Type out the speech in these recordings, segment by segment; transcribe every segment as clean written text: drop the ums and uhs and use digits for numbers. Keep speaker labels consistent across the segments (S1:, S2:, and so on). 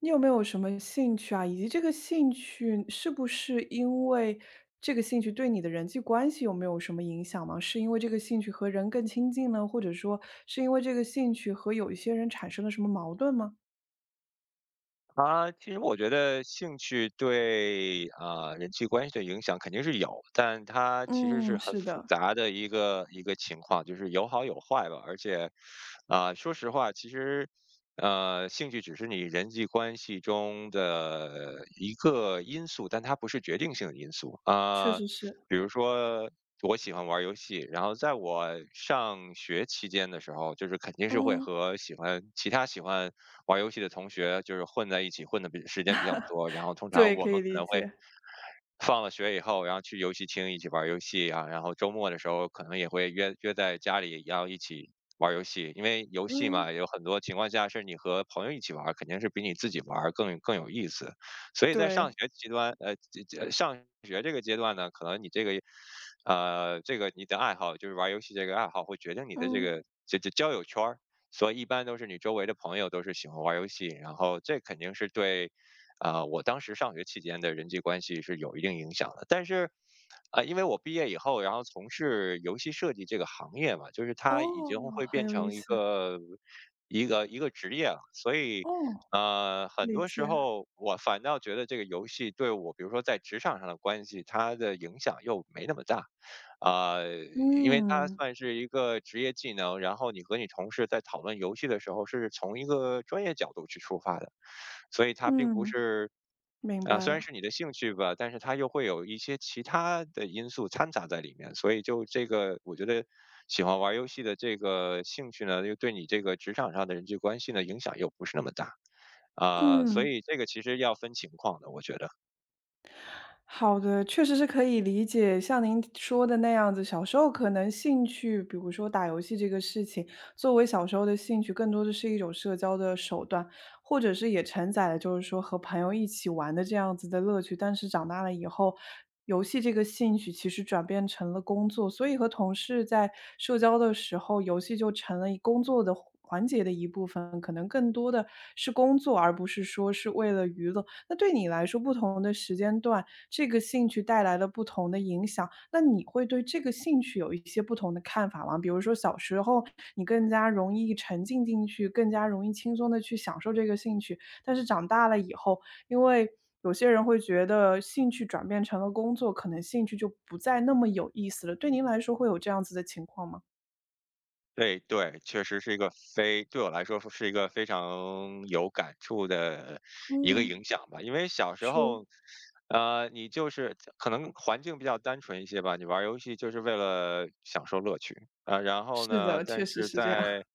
S1: 你有没有什么兴趣啊？以及这个兴趣是不是因为这个兴趣对你的人际关系有没有什么影响吗？是因为这个兴趣和人更亲近呢？或者说是因为这个兴趣和有一些人产生了什么矛盾吗？
S2: 其实我觉得兴趣人际关系的影响肯定是有，但它其实是
S1: 嗯，
S2: 很
S1: 是
S2: 复
S1: 的，
S2: 杂的一个情况，就是有好有坏吧。而且,说实话，其实,兴趣只是你人际关系中的一个因素，但它不是决定性的因素
S1: 确
S2: 。
S1: 实是。
S2: 比如说，我喜欢玩儿游戏，然后在我上学期间的时候，就是肯定是会
S1: 嗯。
S2: 和喜欢其他喜欢。玩儿游戏的同学就是混在一起，混的比时间比较多，然后通常
S1: 对，
S2: 我
S1: 可
S2: 们
S1: 以
S2: 可
S1: 理
S2: 能会
S1: 解。
S2: 放了学以后，然后去游戏厅一起玩儿游戏啊，然后周末的时候可能也会约在家里，然后一起玩儿游戏。因为游戏
S1: 嗯。
S2: 嘛，有很多情况下是你和朋友一起玩儿，肯定是比你自己玩儿更有意思。所以在上
S1: 对。
S2: 学阶段，呃，这这呃上学这个阶段呢，可能你这个，呃，这个你的爱好就是玩儿游戏这个爱好，会决定你的这
S1: 嗯。
S2: 个这这交友圈儿。所以一般都是你周围的朋友都是喜欢玩儿游戏，然后这肯定是对我当时上学期间的人际关系是有一定影响的。但是,因为我毕业以后，然后从事游戏设计这个行业嘛，就是它已
S1: 哦，
S2: 经会
S1: 很
S2: 变
S1: 有意
S2: 成一
S1: 思。
S2: 个一个一个职业了，所以
S1: 哦，
S2: 很
S1: 理
S2: 多
S1: 解。
S2: 时候我反倒觉得这个游戏对我，比如说在职场上的关系，它的影响又没那么大，啊、因为它
S1: 嗯，嗯。
S2: 算是一个职业技能，然后你和你同事在讨论游戏的时候，是从一个专业角度去出发的，所以它并不
S1: 嗯
S2: 是。
S1: 明
S2: 啊，
S1: 白
S2: 虽然
S1: 了。
S2: 是你的兴趣吧，但是它又会有一些其他的因素掺杂在里面，所以就这个，我觉得喜欢玩儿游戏的这个兴趣呢，又对你这个职场上的人际关系呢影响又不是那么大，所
S1: 嗯。
S2: 以这个其实要分情况的，我觉得。
S1: 好的，确实是可以理解，像您说的那样子，小时候可能兴趣，比如说打游戏这个事情，作为小时候的兴趣，更多的是一种社交的手段，或者是也承载了就是说和朋友一起玩的这样子的乐趣。但是长大了以后，游戏这个兴趣其实转变成了工作，所以和同事在社交的时候，游戏就成了一工作的环节的一部分，可能更多的是工作，而不是说是为了娱乐。那对你来说，不同的时间段，这个兴趣带来了不同的影响。那你会对这个兴趣有一些不同的看法吗？比如说小时候你更加容易沉浸进去，更加容易轻松的去享受这个兴趣，但是长大了以后，因为有些人会觉得兴趣转变成了工作，可能兴趣就不再那么有意思了。对您来说会有这样子的情况吗？
S2: 对,确实是一个非对我来说是一个非常有感触的一个影
S1: 嗯，
S2: 响吧。因为小时
S1: 说。
S2: 候，你就是可能环境比较单纯一些吧，你玩儿游戏就是为了享受乐趣,然后
S1: 是
S2: 呢，
S1: 的，
S2: 但
S1: 确实
S2: 是
S1: 是这样。
S2: 在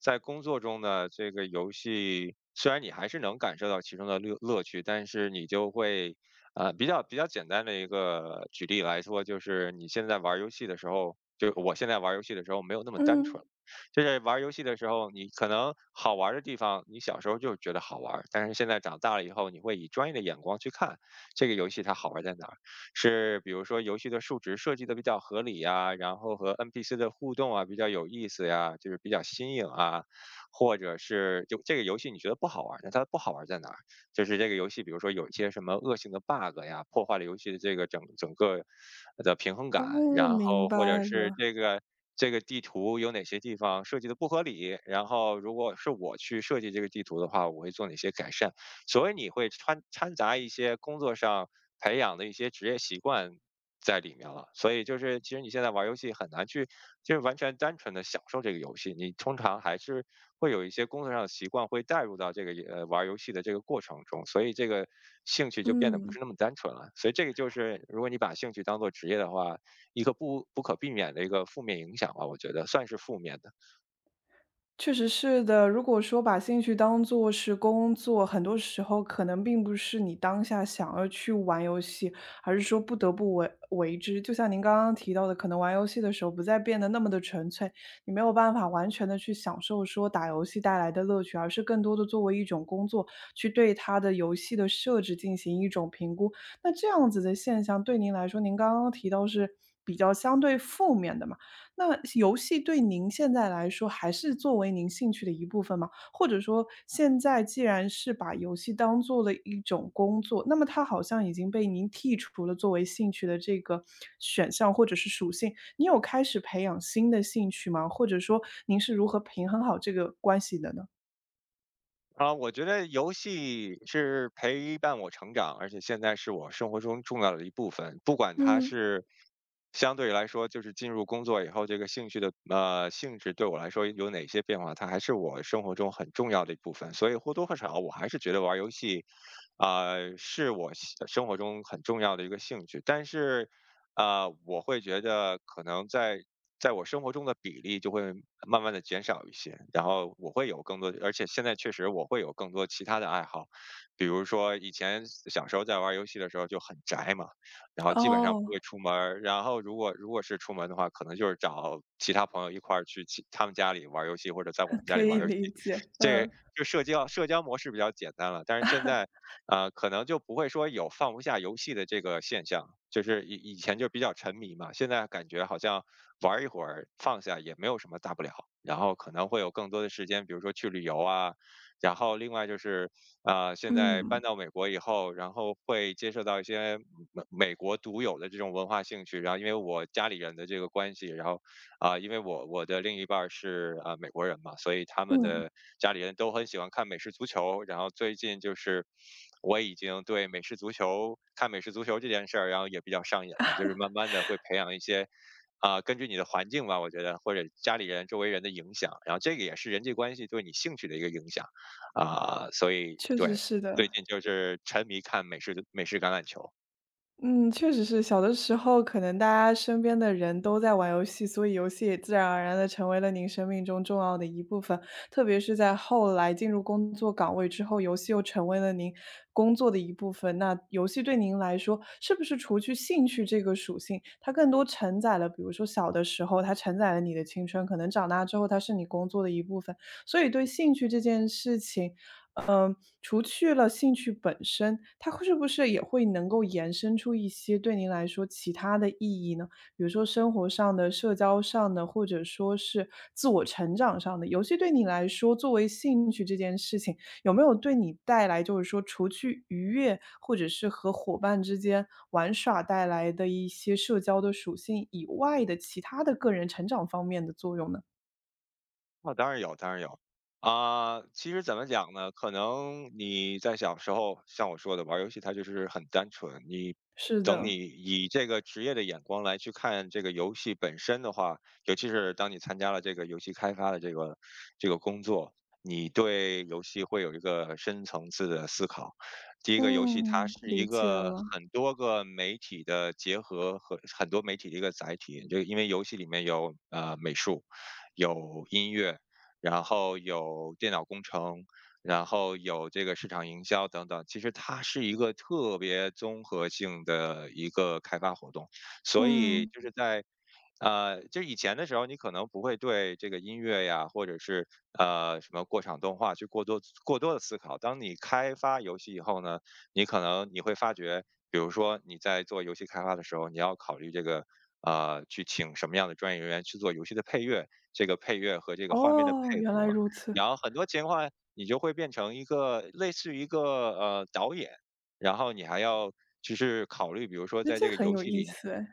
S2: 在工作中呢，这个游戏虽然你还是能感受到其中的乐趣，但是你就会比较简单的一个举例来说，就是你现在玩儿游戏的时候，就我现在玩儿游戏的时候没有那么单纯
S1: 嗯。
S2: 了。就是玩儿游戏的时候，你可能好玩儿的地方，你小时候就觉得好玩儿，但是现在长大了以后，你会以专业的眼光去看这个游戏它好玩儿在哪儿，是比如说游戏的数值设计的比较合理呀，然后和 NPC 的互动啊比较有意思呀，就是比较新颖啊，或者是就这个游戏你觉得不好玩儿，那它不好玩儿在哪儿？就是这个游戏，比如说有一些什么恶性的 bug 呀，破坏了游戏的这个整个的平衡感，
S1: 哦，
S2: 然
S1: 明
S2: 后或者
S1: 白
S2: 是
S1: 了。
S2: 这个地图有哪些地方设计的不合理，然后如果是我去设计这个地图的话，我会做哪些改善？所以你会掺杂一些工作上培养的一些职业习惯在里面了。所以就是，其实你现在玩儿游戏很难去，就是完全单纯的享受这个游戏，你通常还是会有一些工作上的习惯会带入到这个玩儿游戏的这个过程中，所以这个兴趣就变得不
S1: 嗯。
S2: 是那么单纯了。所以这个就是，如果你把兴趣当做职业的话，一个不可避免的一个负面影响吧，我觉得算是负面的。
S1: 确实是的，如果说把兴趣当做是工作，很多时候可能并不是你当下想要去玩游戏，而是说不得不为之。就像您刚刚提到的，可能玩游戏的时候不再变得那么的纯粹，你没有办法完全的去享受说打游戏带来的乐趣，而是更多的作为一种工作，去对它的游戏的设置进行一种评估。那这样子的现象对您来说，您刚刚提到是比较相对负面的嘛？那游戏对您现在来说还是作为您兴趣的一部分吗？或者说现在既然是把游戏当做了一种工作，那么它好像已经被您剔除了作为兴趣的这个选项或者是属性，你有开始培养新的兴趣吗？或者说您是如何平衡好这个关系的呢？
S2: 啊，我觉得游戏是陪伴我成长，而且现在是我生活中重要的一部分。不管它
S1: 嗯，
S2: 是相对来说，就是进入工作以后，这个兴趣的性质对我来说有哪些变化，它还是我生活中很重要的一部分。所以或多或少，我还是觉得玩儿游戏,是我生活中很重要的一个兴趣。但是,我会觉得可能在在我生活中的比例就会慢慢的减少一些，然后我会有更多而且现在确实我会有更多其他的爱好。比如说以前小时候在玩游戏的时候就很宅嘛，然后基本上不会
S1: 哦。
S2: 出门儿，然后如果是出门的话，可能就是找其他朋友一块儿去其他们家里玩儿游戏，或者在我们 家
S1: 可
S2: 里玩
S1: 以
S2: 儿游戏。
S1: 理解，
S2: 这
S1: 嗯。
S2: 就社交模式比较简单了，但是现在可能就不会说有放不下游戏的这个现象，就是以前就比较沉迷嘛，现在感觉好像玩儿一会儿放下也没有什么大不了，然后可能会有更多的时间，比如说去旅游啊，然后另外就是现在搬
S1: 嗯，
S2: 到美国以后，然后会接受到一些美国独有的这种文化兴趣，然后因为我家里人的这个关系，然后因为我的另一半儿是啊美国人嘛，所以他们
S1: 嗯，
S2: 的家里人都很喜欢看美式足球。然后最近就是我已经对美式足球这件事儿，然后也比较上瘾了，就是慢慢的会培养一些。根据你的环境吧，我觉得或者家里人、周围人的影响，然后这个也是人际关系对你兴趣的一个影响。所以
S1: 确
S2: 对，
S1: 实是
S2: 最
S1: 的。
S2: 近就是沉迷看美式橄榄球。
S1: 嗯，确实是。小的时候可能大家身边的人都在玩游戏，所以游戏也自然而然的成为了您生命中重要的一部分。特别是在后来进入工作岗位之后，游戏又成为了您工作的一部分。那游戏对您来说，是不是除去兴趣这个属性，它更多承载了，比如说小的时候它承载了你的青春，可能长大之后它是你工作的一部分。所以对兴趣这件事情，嗯，除去了兴趣本身，它会是不是也会能够延伸出一些对您来说其他的意义呢？比如说生活上的、社交上的，或者说是自我成长上的。游戏对你来说，作为兴趣这件事情，有没有对你带来就是说除去愉悦，或者是和伙伴之间玩耍带来的一些社交的属性以外的其他的个人成长方面的作用呢？
S2: 那当然有，当然有。其实怎么讲呢？可能你在小时候，像我说的，玩儿游戏它就是很单纯。
S1: 是
S2: 等
S1: 的，
S2: 你以这个职业的眼光来去看这个游戏本身的话，尤其是当你参加了这个游戏开发的这个工作，你对游戏会有一个深层次的思考。第一个，游戏它
S1: 嗯，
S2: 是
S1: 理
S2: 一
S1: 解
S2: 个
S1: 了，
S2: 很多个媒体的结合和很多媒体的一个载体，就因为游戏里面有美术。有音乐，然后有电脑工程，然后有这个市场营销等等。其实它是一个特别综合性的一个开发活动，所以
S1: 嗯。
S2: 就是在。就是以前的时候，你可能不会对这个音乐呀，或者是什么过场动画去过多的思考。当你开发游戏以后呢，你可能你会发觉，比如说你在做游戏开发的时候，你要考虑这个去请什么样的专业人员去做游戏的配乐，这个配乐和这个画面的
S1: 哦，
S2: 配
S1: 原来
S2: 合。
S1: 如此，
S2: 然后很多情况你就会变成一个类似于一个导演，然后你还要就是考虑，比如说
S1: 那
S2: 在这
S1: 这
S2: 个
S1: 很
S2: 游
S1: 有
S2: 戏
S1: 意
S2: 里
S1: 思哎。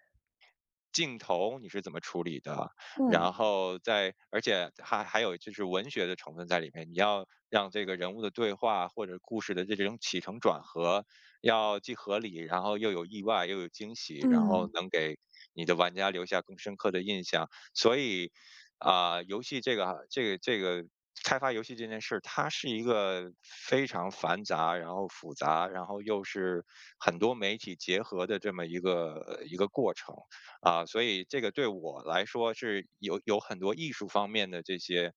S2: 镜头你是怎么处理的，
S1: 嗯，
S2: 然后在而且还有就是文学的成分在里面，你要让这个人物的对话或者故事的这种起承转合，要既合理，然后又有意外，又有惊喜，然后
S1: 嗯，
S2: 能给你的玩家留下更深刻的印象。所以，啊、游戏这个这个这个开发游戏这件事，它是一个非常繁杂，然后复杂，然后又是很多媒体结合的这么一个一个过程。啊，所以这个对我来说是有很多艺术方面的这些，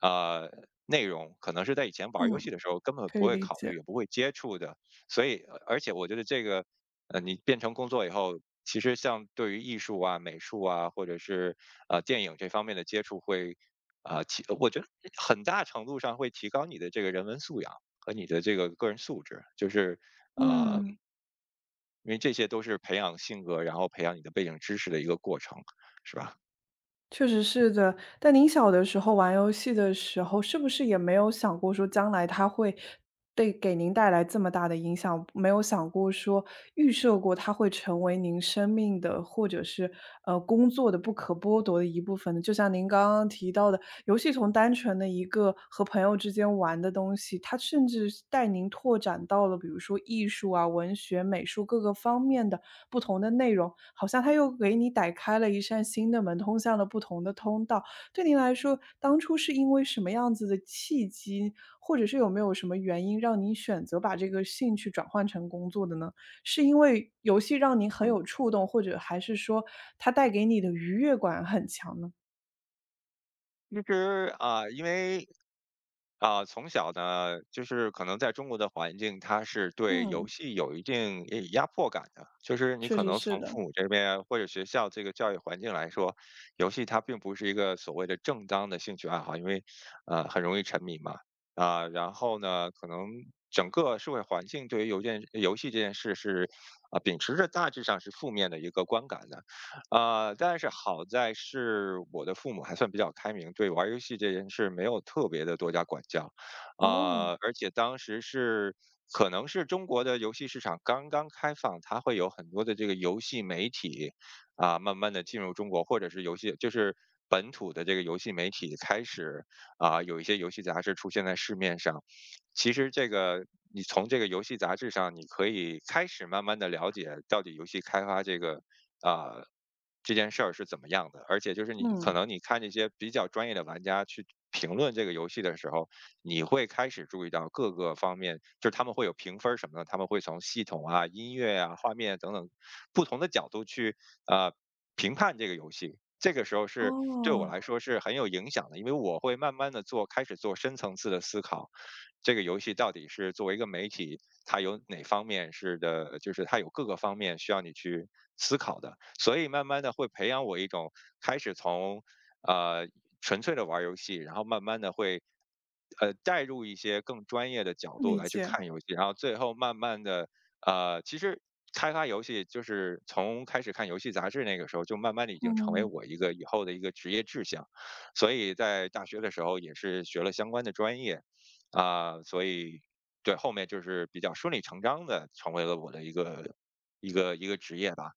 S2: 呃，内容，可能是在以前玩儿游戏
S1: 嗯，
S2: 的时候根本
S1: 可
S2: 不
S1: 以
S2: 会
S1: 理
S2: 考
S1: 解，
S2: 虑，也不会接触的。所以，而且我觉得这个，你变成工作以后，其实像对于艺术啊、美术啊，或者是电影这方面的接触会，我觉得很大程度上会提高你的这个人文素养。和你的这个个人素质，就是啊，
S1: 嗯。
S2: 因为这些都是培养性格，然后培养你的背景知识的一个过程，是吧？
S1: 确实是的，但您小的时候玩游戏的时候，是不是也没有想过说将来它会对给您带来这么大的影响？没有想过说预设过它会成为您生命的，或者是工作的不可剥夺的一部分呢？就像您刚刚提到的，游戏从单纯的一个和朋友之间玩的东西，它甚至带您拓展到了比如说艺术啊、文学、美术各个方面的。不同的内容，好像它又给你打开了一扇新的门，通向了不同的通道。对您来说，当初是因为什么样子的契机，或者是有没有什么原因让您选择把这个兴趣转换成工作的呢？是因为游戏让您很有触动，或者还是说它带给你的愉悦感很强呢？
S2: 其实啊，因为啊，从小呢，就是可能在中国的环境，它是对游
S1: 嗯，
S2: 戏有一定压迫感的。就是你
S1: 确
S2: 可
S1: 实
S2: 能
S1: 是
S2: 从
S1: 的。
S2: 父母这边或者学校这个教育环境来说，游戏它并不是一个所谓的正当的兴趣爱好，因为很容易沉迷嘛。啊，然后呢，可能整个社会环境对于邮件游戏这件事是秉持着大致上是负面的一个观感的。呃，但是好在是我的父母还算比较开明，对玩儿游戏这件事没有特别的多加管教。啊，
S1: 哦，
S2: 而且当时是可能是中国的游戏市场刚刚开放，它会有很多的这个游戏媒体，啊，慢慢的进入中国，或者是游戏就是本土的这个游戏媒体开始，啊，有一些游戏杂志出现在市面上。其实这个你从这个游戏杂志上，你可以开始慢慢的了解到底游戏开发这个啊，这件事儿是怎么样的。而且就是你可
S1: 嗯，
S2: 能你看这些比较专业的玩家去评论这个游戏的时候，你会开始注意到各个方面，就是他们会有评分儿什么的，他们会从系统啊、音乐啊、画面等等不同的角度去啊评判这个游戏。这个时候是对我
S1: 哦，
S2: 来说是很有影响的，因为我会慢慢的做，开始做深层次的思考，这个游戏到底是作为一个媒体，它有哪方面是的，就是它有各个方面需要你去思考的。所以慢慢的会培养我一种开始从呃纯粹的玩游戏，然后慢慢的会带入一些更专业的角度
S1: 理
S2: 来去
S1: 解。
S2: 看游戏，然后最后慢慢的其实开发游戏就是从开始看游戏杂志那个时候，就慢慢的已经成为
S1: 嗯，
S2: 我一个以后的一个职业志向。所以在大学的时候也是学了相关的专业，所以对后面就是比较顺理成章的成为了我的一个一个职业吧，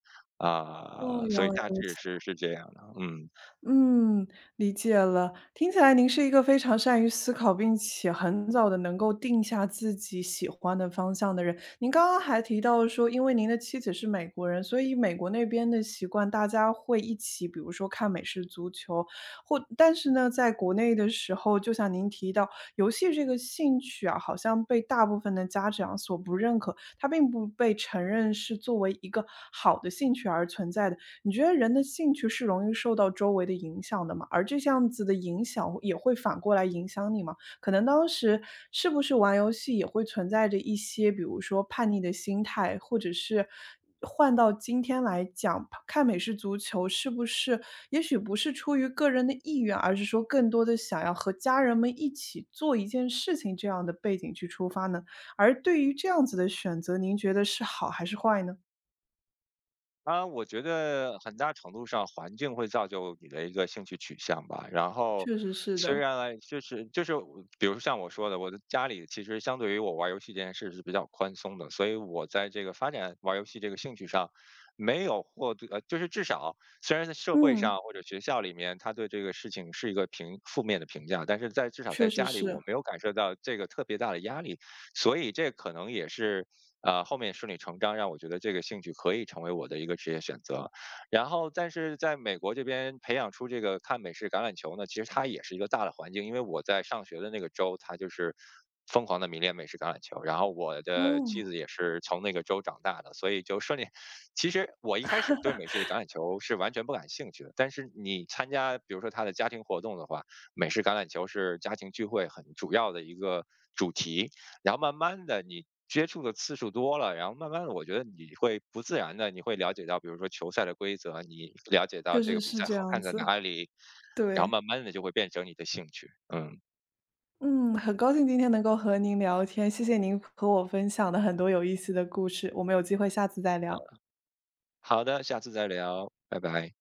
S1: 哦，原
S2: 所以
S1: 来
S2: 大
S1: 如
S2: 致
S1: 此。
S2: 是这样的，嗯。
S1: 嗯，理解了。听起来您是一个非常善于思考，并且很早的能够定下自己喜欢的方向的人。您刚刚还提到说，因为您的妻子是美国人，所以美国那边的习惯，大家会一起，比如说看美式足球，或但是呢，在国内的时候，就像您提到，游戏这个兴趣啊，好像被大部分的家长所不认可，它并不被承认是作为一个好的兴趣而存在的。你觉得人的兴趣是容易受到周围的影响的吗？而这样子的影响也会反过来影响你吗？可能当时是不是玩游戏也会存在着一些，比如说叛逆的心态，或者是换到今天来讲，看美式足球是不是也许不是出于个人的意愿，而是说更多的想要和家人们一起做一件事情这样的背景去出发呢？而对于这样子的选择，您觉得是好还是坏呢？
S2: 啊，我觉得很大程度上环境会造就你的一个兴趣取向吧。然后，
S1: 确实是
S2: 虽
S1: 的，
S2: 然来就是就是我比如像我说的，我的家里其实相对于我玩游戏这件事是比较宽松的，所以我在这个发展玩游戏这个兴趣上，没有获得，呃，就是至少虽然在社会上
S1: 嗯。
S2: 或者学校里面，他对这个事情是一个评负面的评价，但是在至少
S1: 确
S2: 在
S1: 实
S2: 家里，我
S1: 是，
S2: 没有感受到这个特别大的压力。所以这可能也是后面顺理成章让我觉得这个兴趣可以成为我的一个职业选择。然后，但是在美国这边培养出这个看美式橄榄球呢，其实它也是一个大的环境，因为我在上学的那个州，它就是疯狂的迷恋美式橄榄球，然后我的妻
S1: 哦，
S2: 子也是从那个州长大的，所以就顺利。其实我一开始对美式的橄榄球是完全不感兴趣的，但是你参加比如说他的家庭活动的话，美式橄榄球是家庭聚会很主要的一个主题，然后慢慢的你接触的次数多了，然后慢慢的我觉得你会不自然的你会了解到，比如说球赛的规则，你了解到
S1: 确
S2: 这个
S1: 实
S2: 比
S1: 是
S2: 赛
S1: 这
S2: 好
S1: 样
S2: 看在
S1: 子，
S2: 哪里，然后慢
S1: 对。
S2: 慢的就会变成你的兴趣。嗯，
S1: 嗯，很高兴今天能够和您聊天，谢谢您和我分享的很多有意思的故事，我们有机会下次再聊。
S2: 好的，下次再聊，拜拜。